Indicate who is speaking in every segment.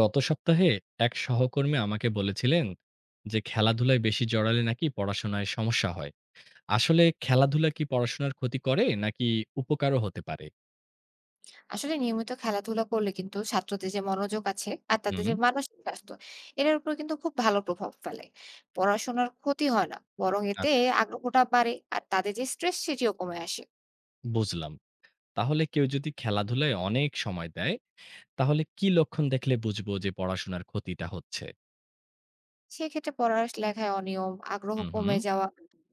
Speaker 1: গত সপ্তাহে এক সহকর্মী আমাকে বলেছিলেন যে খেলাধুলায় বেশি জড়ালে নাকি পড়াশোনায় সমস্যা হয়। আসলে খেলাধুলা কি পড়াশোনার ক্ষতি করে নাকি উপকারও হতে পারে?
Speaker 2: আসলে নিয়মিত খেলাধুলা করলে কিন্তু ছাত্রদের যে মনোযোগ আছে আর তাদের
Speaker 1: হুম।
Speaker 2: যে মানসিক স্বাস্থ্য এটার উপর কিন্তু খুব ভালো প্রভাব ফেলে। পড়াশোনার ক্ষতি হয় না, বরং এতে
Speaker 1: আচ্ছা,
Speaker 2: আগ্রহটা বাড়ে আর তাদের যে স্ট্রেস সেটিও কমে আসে।
Speaker 1: বুঝলাম। তাহলে কেউ যদি খেলাধুলায় অনেক সময় দেয়, তাহলে কি লক্ষণ দেখলে বুঝবো যে পড়াশোনার ক্ষতিটা হচ্ছে?
Speaker 2: সেক্ষেত্রে পড়ালেখায় অনিয়ম, আগ্রহ
Speaker 1: হুম হুম।
Speaker 2: কমে যাওয়া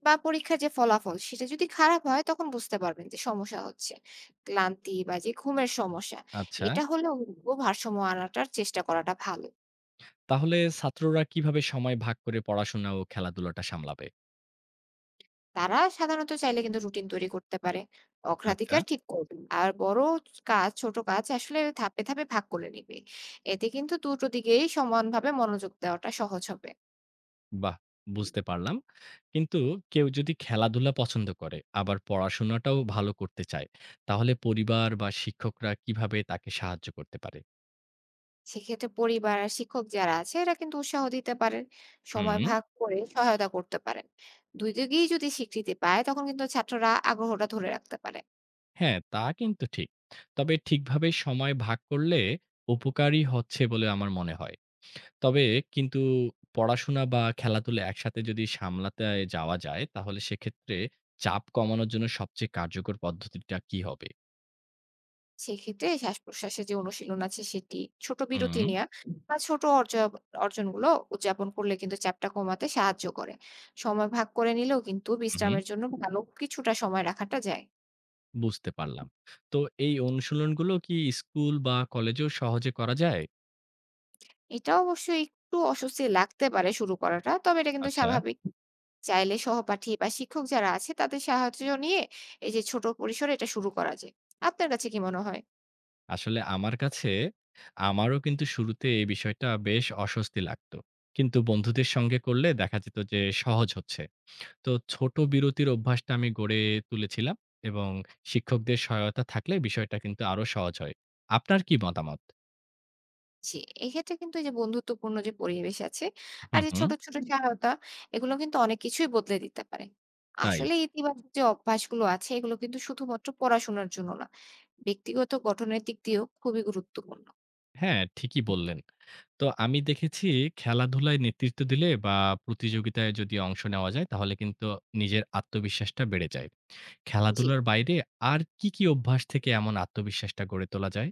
Speaker 2: বা পরীক্ষার যে ফলাফল সেটা যদি খারাপ হয় তখন বুঝতে পারবেন যে সমস্যা হচ্ছে। ক্লান্তি বা যে ঘুমের সমস্যা
Speaker 1: আচ্ছা।
Speaker 2: এটা হলেও ভারসাম্য আনাটার চেষ্টা করাটা ভালো।
Speaker 1: তাহলে ছাত্ররা কিভাবে সময় ভাগ করে পড়াশোনা ও খেলাধুলাটা সামলাবে?
Speaker 2: তারা সাধারণত চাইলে কিন্তু রুটিন তৈরি করতে পারে।
Speaker 1: আচ্ছা।
Speaker 2: অগ্রাধিকার ঠিক করবে। আর বড় কাজ, ছোট কাজ আসলে ধাপে, ধাপে ভাগ করে নিবে। এতে কিন্তু দুটো দিকেই সমানভাবে মনোযোগ দেওয়াটা সহজ হবে।
Speaker 1: বাহ! বুঝতে পারলাম। কিন্তু কেউ যদি খেলাধুলা পছন্দ করে, আবার পড়াশোনাটাও ভালো করতে চায়, তাহলে পরিবার বা শিক্ষকরা কিভাবে তাকে সাহায্য করতে পারে?
Speaker 2: সেক্ষেত্রে পরিবার আর শিক্ষক যারা আছে এরা কিন্তু উৎসাহ দিতে পারেন। সময়
Speaker 1: হুম,
Speaker 2: ভাগ করে সহায়তা করতে পারেন। ২ দিকেই যদি স্বীকৃতি পায় তখন কিন্তু ছাত্ররা আগ্রহটা ধরে রাখতে পারে।
Speaker 1: হ্যাঁ, তা কিন্তু ঠিক। তবে ঠিকভাবে সময় ভাগ করলে উপকারী হচ্ছে বলে আমার মনে হয়। তবে কিন্তু পড়াশোনা বা খেলাধুলা একসাথে যদি সামলাতে যাওয়া যায়, তাহলে সেক্ষেত্রে চাপ কমানোর জন্য সবচেয়ে কার্যকর পদ্ধতিটা কি হবে?
Speaker 2: সেক্ষেত্রে শ্বাস-প্রশ্বাসের যে অনুশীলন আছে সেটি, ছোট
Speaker 1: হুম,
Speaker 2: বিরতি নেয়া বা ছোট অর্জ অর্জনগুলো উদযাপন করলে কিন্তু চাপটা কমাতে সাহায্য করে। সময় ভাগ করে নিলেও কিন্তু
Speaker 1: উহু।
Speaker 2: বিশ্রামের জন্য ভালো কিছুটা সময় রাখাটা যায়।
Speaker 1: বুঝতে পারলাম। তো এই অনুশীলনগুলো কি স্কুল বা কলেজেও সহজে করা যায়?
Speaker 2: এটা অবশ্যই একটু অস্বস্তি লাগতে পারে শুরু করাটা, তবে এটা কিন্তু
Speaker 1: আচ্ছা,
Speaker 2: স্বাভাবিক। চাইলে সহপাঠী বা শিক্ষক যারা আছে তাদের সাহায্য নিয়ে এই যে ছোট পরিসরে এটা শুরু করা যায়। আপনার কাছে কি মনে হয়?
Speaker 1: আসলে আমার কাছে আমারও কিন্তু শুরুতে এই বিষয়টা বেশ অস্বস্তি লাগতো। কিন্তু বন্ধুদের সঙ্গে করলে দেখা যেত যে সহজ হচ্ছে। তো ছোট বিরতির অভ্যাসটা আমি গড়ে তুলেছিলাম এবং শিক্ষকদের সহায়তা থাকলে বিষয়টা কিন্তু আরো সহজ হয়। আপনার কি মতামত?
Speaker 2: জি, এক্ষেত্রে কিন্তু এই যে বন্ধুত্বপূর্ণ যে পরিবেশ আছে আর
Speaker 1: হুম,
Speaker 2: যে
Speaker 1: হুম।
Speaker 2: ছোট, ছোট সহায়তা, এগুলো কিন্তু অনেক কিছুই বদলে দিতে পারে।
Speaker 1: তাই।
Speaker 2: আসলে ইতিবাচক যে অভ্যাসগুলো আছে এগুলো কিন্তু শুধুমাত্র পড়াশোনার জন্য না। ব্যক্তিগত গঠনের দিক দিয়েও খুবই গুরুত্বপূর্ণ।
Speaker 1: হ্যাঁ, ঠিকই বললেন। তো আমি দেখেছি খেলাধুলায় নেতৃত্ব দিলে বা প্রতিযোগিতায় যদি অংশ নেওয়া যায় তাহলে কিন্তু নিজের আত্মবিশ্বাসটা বেড়ে যায়।
Speaker 2: জি।
Speaker 1: খেলাধুলার বাইরে আর কি, কি অভ্যাস থেকে এমন আত্মবিশ্বাসটা গড়ে তোলা যায়?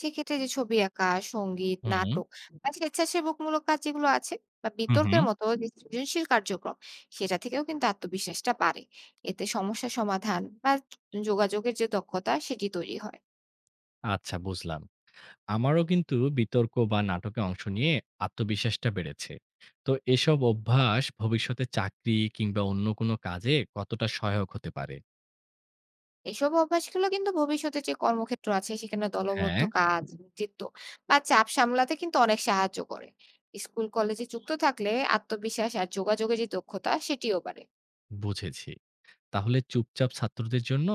Speaker 2: সেক্ষেত্রে যে ছবি আঁকা, সংগীত,
Speaker 1: হুম,
Speaker 2: নাটক বা স্বেচ্ছাসেবকমূলক কাজ যেগুলো আছে বা
Speaker 1: হু, হুম।
Speaker 2: বিতর্কের মতো যে সৃজনশীল কার্যক্রম, সেটা থেকেও কিন্তু আত্মবিশ্বাসটা বাড়ে। এতে সমস্যা সমাধান বা যোগাযোগের যে দক্ষতা সেটি তৈরি হয়।
Speaker 1: আচ্ছা, বুঝলাম। আমারও কিন্তু বিতর্ক বা নাটকে অংশ নিয়ে আত্মবিশ্বাসটা বেড়েছে। তো এসব অভ্যাস ভবিষ্যতে চাকরি কিংবা অন্য কোনো কাজে কতটা সহায়ক হতে পারে?
Speaker 2: এসব অভ্যাসগুলো কিন্তু ভবিষ্যতে যে কর্মক্ষেত্র আছে সেখানে দলবদ্ধ
Speaker 1: হ্যাঁ,
Speaker 2: কাজ, নেতৃত্ব বা চাপ সামলাতে কিন্তু অনেক সাহায্য করে। স্কুল কলেজে যুক্ত থাকলে আত্মবিশ্বাস আর যোগাযোগের যে দক্ষতা সেটিও বাড়ে।
Speaker 1: বুঝেছি। তাহলে চুপচাপ ছাত্রদের জন্য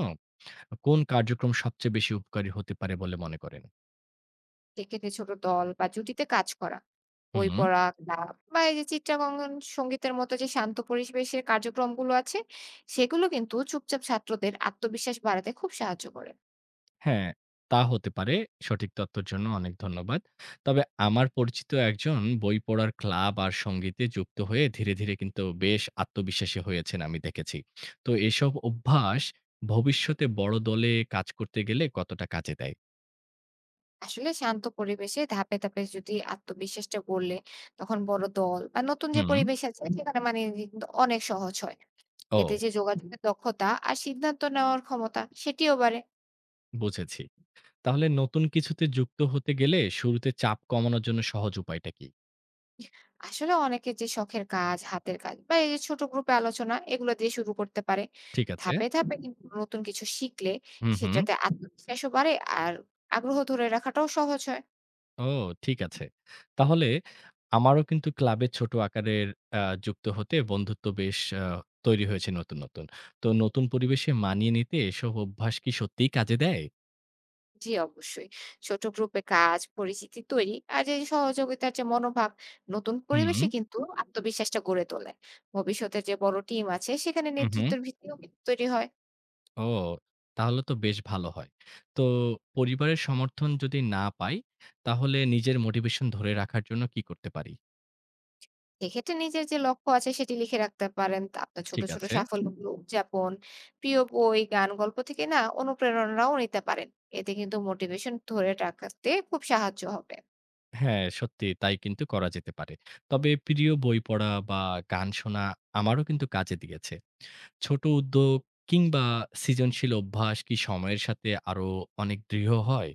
Speaker 1: কোন কার্যক্রম সবচেয়ে বেশি উপকারী হতে পারে বলে মনে করেন?
Speaker 2: সেক্ষেত্রে ছোট দল বা জুটিতে কাজ করা, বই
Speaker 1: হুম,
Speaker 2: পড়া, ক্লাব বা এই যে চিত্রাঙ্কন সঙ্গীতের মতো যে শান্ত পরিবেশের কার্যক্রমগুলো আছে সেগুলো কিন্তু চুপচাপ ছাত্রদের আত্মবিশ্বাস বাড়াতে খুব সাহায্য করে।
Speaker 1: হ্যাঁ, তা হতে পারে। সঠিক তথ্যের জন্য অনেক ধন্যবাদ। তবে আমার পরিচিত একজন বই পড়ার ক্লাব আর সঙ্গীতে যুক্ত হয়ে ধীরে, ধীরে কিন্তু বেশ আত্মবিশ্বাসী হয়েছেন আমি দেখেছি। তো এসব অভ্যাস ভবিষ্যতে বড় দলে কাজ করতে গেলে কতটা কাজে দেয়?
Speaker 2: আসলে শান্ত পরিবেশে ধাপে ধাপে যদি আত্মবিশ্বাসটা গড়লে তখন বড় দল বা নতুন যে
Speaker 1: হুম,
Speaker 2: পরিবেশ আছে সেখানে মানিয়ে নিতে কিন্তু অনেক সহজ হয়। এতে
Speaker 1: ও
Speaker 2: যে যোগাযোগের দক্ষতা আর সিদ্ধান্ত নেওয়ার ক্ষমতা সেটিও বাড়ে।
Speaker 1: বুঝেছি। তাহলে নতুন কিছুতে যুক্ত হতে গেলে শুরুতে চাপ কমানোর জন্য সহজ উপায়টা কি?
Speaker 2: আসলে অনেকে যে শখের কাজ, হাতের কাজ বা এই যে ছোট গ্রুপে আলোচনা, এগুলো দিয়ে শুরু করতে পারে।
Speaker 1: ঠিক আছে।
Speaker 2: ধাপে ধাপে কিন্তু নতুন কিছু শিখলে
Speaker 1: হুম, হুম।
Speaker 2: সেটাতে আত্মবিশ্বাসও বাড়ে, আর আগ্রহ ধরে রাখাটাও সহজ হয়।
Speaker 1: ও, ঠিক আছে। তাহলে আমারও কিন্তু ক্লাবে ছোট আকারের আ যুক্ত হতে বন্ধুত্ব বেশ আ তৈরি হয়েছে নতুন, নতুন। তো নতুন পরিবেশে মানিয়ে নিতে এসব অভ্যাস কি সত্যিই কাজে দেয়?
Speaker 2: জি, অবশ্যই। ছোট গ্রুপে কাজ, পরিচিতি তৈরি আর এই সহযোগিতার যে মনোভাব, নতুন
Speaker 1: হুম,
Speaker 2: পরিবেশে কিন্তু আত্মবিশ্বাসটা গড়ে তোলে। ভবিষ্যতে যে বড় টিম আছে সেখানে
Speaker 1: হু, হুম।
Speaker 2: নেতৃত্বের ভিত্তিও কিন্তু তৈরি হয়।
Speaker 1: ও, তাহলে তো বেশ ভালো হয়। তো পরিবারের সমর্থন যদি না পাই, তাহলে নিজের মোটিভেশন ধরে রাখার জন্য কি করতে পারি?
Speaker 2: এক্ষেত্রে নিজের যে লক্ষ্য আছে সেটি লিখে রাখতে পারেন। তা আপনার ছোট,
Speaker 1: ঠিক
Speaker 2: ছোট
Speaker 1: আছে।
Speaker 2: সাফল্যগুলো উদযাপন, প্রিয় বই, গান, গল্প থেকে না অনুপ্রেরণাও নিতে পারেন। এতে কিন্তু মোটিভেশন ধরে রাখতে খুব সাহায্য হবে।
Speaker 1: হ্যাঁ, সত্যিই তাই কিন্তু করা যেতে পারে। তবে প্রিয় বই পড়া বা গান শোনা আমারও কিন্তু কাজে দিয়েছে। ছোট উদ্যোগ কিংবা সৃজনশীল অভ্যাস কি সময়ের সাথে আরো অনেক দৃঢ় হয়?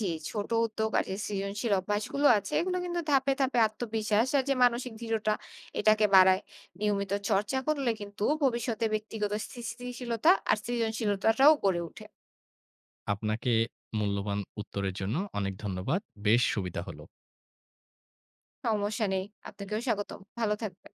Speaker 2: জি, ছোট উদ্যোগ আর যে সৃজনশীল অভ্যাসগুলো আছে এগুলো কিন্তু ধাপে ধাপে আত্মবিশ্বাস আর যে মানসিক দৃঢ়তা এটাকে বাড়ায়। নিয়মিত চর্চা করলে কিন্তু ভবিষ্যতে ব্যক্তিগত স্থিতিশীলতা আর সৃজনশীলতাটাও গড়ে ওঠে।
Speaker 1: আপনাকে মূল্যবান উত্তরের জন্য অনেক ধন্যবাদ। বেশ সুবিধা হলো।
Speaker 2: সমস্যা নেই। আপনাকেও স্বাগতম। ভালো থাকবেন।